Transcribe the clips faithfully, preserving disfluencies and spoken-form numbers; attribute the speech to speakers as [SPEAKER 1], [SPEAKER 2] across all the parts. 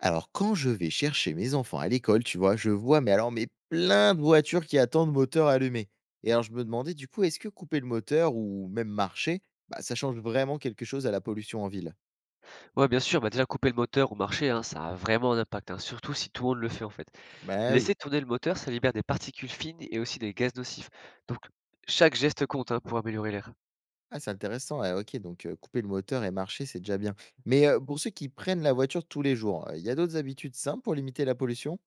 [SPEAKER 1] Alors, quand je vais chercher mes enfants à l'école, tu vois, je vois, mais alors, mais plein de voitures qui attendent moteur allumé. Et alors, je me demandais, du coup, est-ce que couper le moteur ou même marcher, bah, ça change vraiment quelque chose à la pollution en ville.
[SPEAKER 2] Ouais, bien sûr, bah, déjà couper le moteur ou marcher, hein, ça a vraiment un impact, hein, surtout si tout le monde le fait en fait.
[SPEAKER 1] Bah oui.
[SPEAKER 2] Laisser tourner le moteur, ça libère des particules fines et aussi des gaz nocifs. Donc chaque geste compte hein, pour améliorer l'air.
[SPEAKER 1] Ah, c'est intéressant. Ah, ok, donc euh, couper le moteur et marcher, c'est déjà bien. Mais euh, pour ceux qui prennent la voiture tous les jours, il y a d'autres habitudes simples pour limiter la pollution.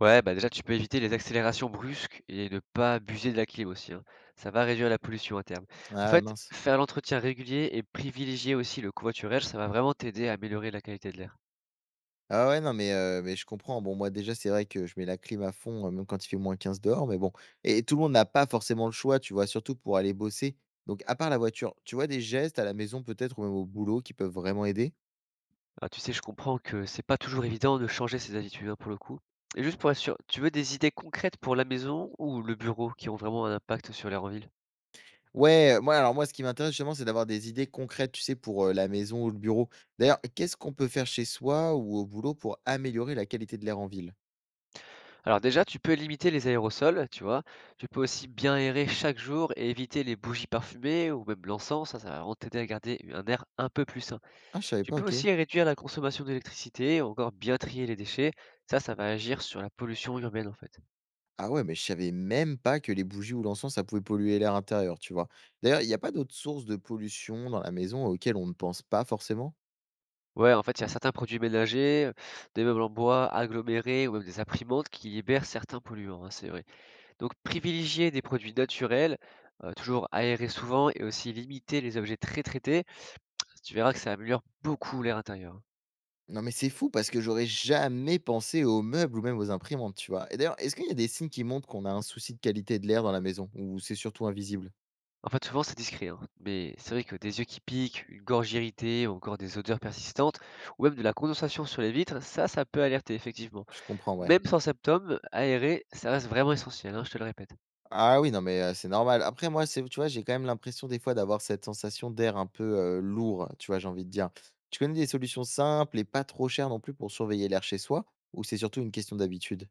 [SPEAKER 2] Ouais, bah déjà tu peux éviter les accélérations brusques et ne pas abuser de la clim aussi, hein. Ça va réduire la pollution à terme. En
[SPEAKER 1] Ah ouais,
[SPEAKER 2] fait,
[SPEAKER 1] mince.
[SPEAKER 2] faire l'entretien régulier et privilégier aussi le covoiturage, ça va vraiment t'aider à améliorer la qualité de l'air.
[SPEAKER 1] Ah ouais, non, mais heu, mais je comprends. Bon, moi, déjà, c'est vrai que je mets la clim à fond, heu, même quand il fait moins quinze dehors, mais bon, et tout le monde n'a pas forcément le choix, tu vois? Surtout pour aller bosser. Donc à part la voiture, tu vois des gestes à la maison peut-être ou même au boulot qui peuvent vraiment aider?
[SPEAKER 2] Ah, tu sais, je comprends que c'est pas toujours évident de changer ses habitudes, hein, pour le coup. Et juste pour être sûr, tu veux des idées concrètes pour la maison ou le bureau qui ont vraiment un impact sur l'air en ville?
[SPEAKER 1] Ouais, heu, moi, alors moi, ce qui m'intéresse justement, c'est d'avoir des idées concrètes, tu sais, pour, heu, la maison ou le bureau. D'ailleurs, qu'est-ce qu'on peut faire chez soi ou au boulot pour améliorer la qualité de l'air en ville?
[SPEAKER 2] Alors déjà, tu peux limiter les aérosols, tu vois. Tu peux aussi bien aérer chaque jour et éviter les bougies parfumées ou même l'encens, ça, ça va vraiment t'aider à garder un air un peu plus sain.
[SPEAKER 1] Ah, je savais
[SPEAKER 2] Tu
[SPEAKER 1] pas,
[SPEAKER 2] peux
[SPEAKER 1] OK.
[SPEAKER 2] aussi réduire la consommation d'électricité, ou encore bien trier les déchets, ça, ça va agir sur la pollution urbaine en fait.
[SPEAKER 1] Ah ouais, mais je savais même pas que les bougies ou l'encens, ça pouvait polluer l'air intérieur, tu vois. D'ailleurs, il n'y a pas d'autres sources de pollution dans la maison auxquelles on ne pense pas forcément?
[SPEAKER 2] Ouais, en fait, il y a certains produits ménagers, heu, des meubles en bois agglomérés ou même des imprimantes qui libèrent certains polluants, hein, c'est vrai. Donc privilégier des produits naturels, heu, toujours aérer souvent et aussi limiter les objets très traités, tu verras que ça améliore beaucoup l'air intérieur, hein.
[SPEAKER 1] Non, mais c'est fou parce que j'aurais jamais pensé aux meubles ou même aux imprimantes, tu vois. Et d'ailleurs, est-ce qu'il y a des signes qui montrent qu'on a un souci de qualité de l'air dans la maison ou c'est surtout invisible?
[SPEAKER 2] En fait, souvent, c'est discret, hein, mais c'est vrai que des yeux qui piquent, une gorge irritée ou encore des odeurs persistantes ou même de la condensation sur les vitres, ça, ça peut alerter effectivement.
[SPEAKER 1] Je comprends, ouais.
[SPEAKER 2] Même sans symptômes, aérer, ça reste vraiment essentiel, hein, je te le répète.
[SPEAKER 1] Ah oui, non, mais euh, c'est normal. Après, moi, c'est, tu vois, j'ai quand même l'impression des fois d'avoir cette sensation d'air un peu euh, lourd, tu vois, j'ai envie de dire. Tu connais des solutions simples et pas trop chères non plus pour surveiller l'air chez soi ou c'est surtout une question d'habitude?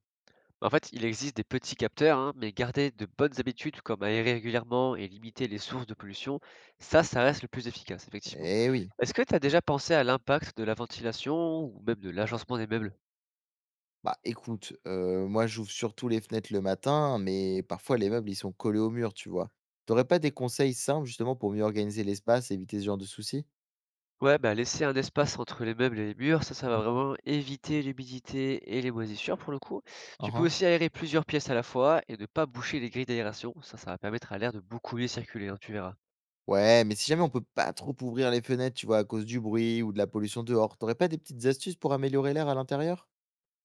[SPEAKER 2] Bah, en fait, il existe des petits capteurs, hein, mais garder de bonnes habitudes comme aérer régulièrement et limiter les sources de pollution, ça, ça reste le plus efficace, effectivement.
[SPEAKER 1] Eh oui.
[SPEAKER 2] Est-ce que tu as déjà pensé à l'impact de la ventilation ou même de l'agencement des meubles?
[SPEAKER 1] Bah, écoute, heu, moi, j'ouvre surtout les fenêtres le matin, mais parfois les meubles, ils sont collés au mur, tu vois? T'aurais pas des conseils simples, justement, pour mieux organiser l'espace et éviter ce genre de soucis?
[SPEAKER 2] Ouais, bah laisser un espace entre les meubles et les murs, ça, ça va vraiment éviter l'humidité et les moisissures pour le coup. Tu
[SPEAKER 1] Hein,
[SPEAKER 2] peux
[SPEAKER 1] hein.
[SPEAKER 2] aussi aérer plusieurs pièces à la fois et ne pas boucher les grilles d'aération. Ça, ça va permettre à l'air de beaucoup mieux circuler, hein, tu verras.
[SPEAKER 1] Ouais, mais si jamais on peut pas trop ouvrir les fenêtres, tu vois, à cause du bruit ou de la pollution dehors, t'aurais pas des petites astuces pour améliorer l'air à l'intérieur?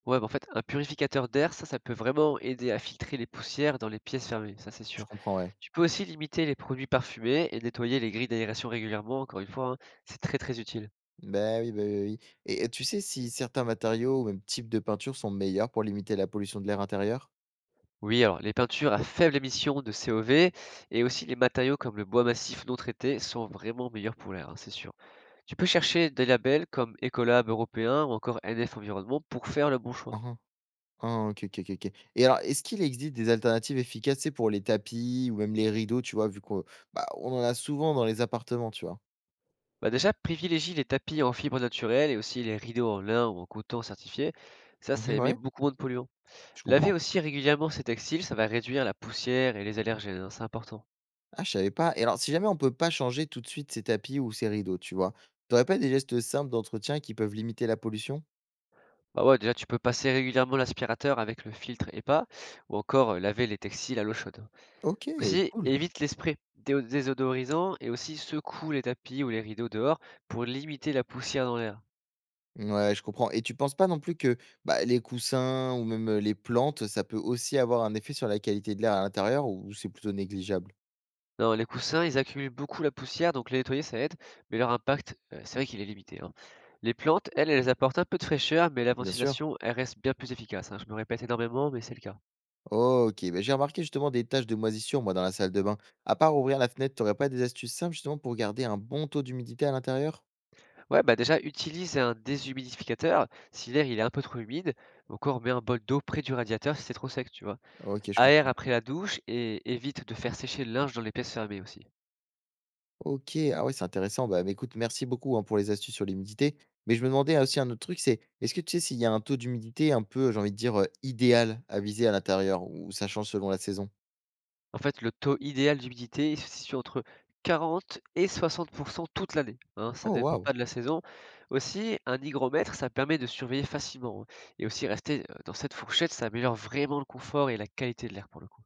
[SPEAKER 2] Ouais, bah en fait, un purificateur d'air, ça, ça peut vraiment aider à filtrer les poussières dans les pièces fermées, ça c'est
[SPEAKER 1] Je
[SPEAKER 2] sûr.
[SPEAKER 1] comprends, ouais.
[SPEAKER 2] Tu peux aussi limiter les produits parfumés et nettoyer les grilles d'aération régulièrement, encore une fois, hein, c'est très très utile.
[SPEAKER 1] Bah, oui, bah, oui, oui, oui. Et euh, tu sais si certains matériaux ou même types de peinture sont meilleurs pour limiter la pollution de l'air intérieur?
[SPEAKER 2] Oui, alors les peintures à faible émission de C O V et aussi les matériaux comme le bois massif non traité sont vraiment meilleurs pour l'air, hein, c'est sûr. Tu peux chercher des labels comme Ecolab européen ou encore N F Environnement pour faire le bon choix.
[SPEAKER 1] Hein, hein. Ah OK, OK, OK, OK. Et alors, est-ce qu'il existe des alternatives efficaces, tu sais, pour les tapis ou même les rideaux, tu vois? Vu qu'on, bah, on en a souvent dans les appartements, tu vois?
[SPEAKER 2] Bah déjà, privilégie les tapis en fibre naturelle et aussi les rideaux en lin ou en coton certifié. Ça, ça
[SPEAKER 1] Mmh
[SPEAKER 2] émet
[SPEAKER 1] ouais,
[SPEAKER 2] beaucoup moins de polluants.
[SPEAKER 1] je
[SPEAKER 2] Laver
[SPEAKER 1] comprends.
[SPEAKER 2] aussi régulièrement ces textiles, ça va réduire la poussière et les allergènes, hein, c'est important.
[SPEAKER 1] Ah, je savais pas, et alors si jamais on peut pas changer tout de suite ces tapis ou ces rideaux, tu vois? Tu aurais pas des gestes simples d'entretien qui peuvent limiter la pollution?
[SPEAKER 2] Bah, ouais, déjà, tu peux passer régulièrement l'aspirateur avec le filtre hépa ou encore, heu, laver les textiles à l'eau chaude.
[SPEAKER 1] OK,
[SPEAKER 2] Aussi,
[SPEAKER 1] cool.
[SPEAKER 2] évite les sprays déo désodorisants et aussi secoue les tapis ou les rideaux dehors pour limiter la poussière dans l'air.
[SPEAKER 1] Ouais, je comprends, et tu penses pas non plus que, bah, les coussins ou même, heu, les plantes, ça peut aussi avoir un effet sur la qualité de l'air à l'intérieur ou c'est plutôt négligeable?
[SPEAKER 2] Non, les coussins, ils accumulent beaucoup la poussière, donc les nettoyer, ça aide, mais leur impact, heu, c'est vrai qu'il est limité, hein. Les plantes, elles, elles apportent un peu de fraîcheur, mais la
[SPEAKER 1] Bien sûr.
[SPEAKER 2] ventilation, elle reste bien plus efficace, hein. Je me répète énormément, mais c'est le cas.
[SPEAKER 1] Ok, ben j'ai remarqué justement des taches de moisissure, moi, dans la salle de bain. À part ouvrir la fenêtre, t'aurais pas des astuces simples justement pour garder un bon taux d'humidité à l'intérieur?
[SPEAKER 2] Ouais, bah déjà, utilise un déshumidificateur si l'air il est un peu trop humide, ou encore mets un bol d'eau près du radiateur si c'est trop sec, tu vois.
[SPEAKER 1] Ok, je
[SPEAKER 2] Aère
[SPEAKER 1] comprends.
[SPEAKER 2] après la douche et évite de faire sécher le linge dans les pièces fermées aussi.
[SPEAKER 1] Ok, ah ouais, c'est intéressant. Bah, mais écoute, merci beaucoup hein, pour les astuces sur l'humidité. Mais je me demandais hein, aussi un autre truc, c'est est-ce que tu sais s'il y a un taux d'humidité un peu, j'ai envie de dire, euh, idéal à viser à l'intérieur ou ça change selon la saison?
[SPEAKER 2] En fait, le taux idéal d'humidité il se situe entre quarante et soixante pour cent toute l'année, hein, ça ne
[SPEAKER 1] Oh
[SPEAKER 2] dépend
[SPEAKER 1] waouh!
[SPEAKER 2] pas de la saison. Aussi, un hygromètre, ça permet de surveiller facilement, hein. Et aussi, rester euh, dans cette fourchette, ça améliore vraiment le confort et la qualité de l'air pour le coup.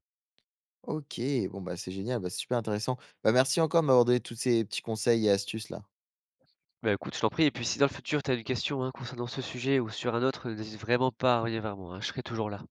[SPEAKER 1] Ok, bon bah c'est génial, bah, c'est super intéressant. Bah merci encore de m'avoir donné tous ces petits conseils et astuces là.
[SPEAKER 2] Bah, écoute, je t'en prie et puis si dans le futur tu as une question, hein, concernant ce sujet ou sur un autre, n'hésite vraiment pas à revenir vers moi, hein, je serai toujours là.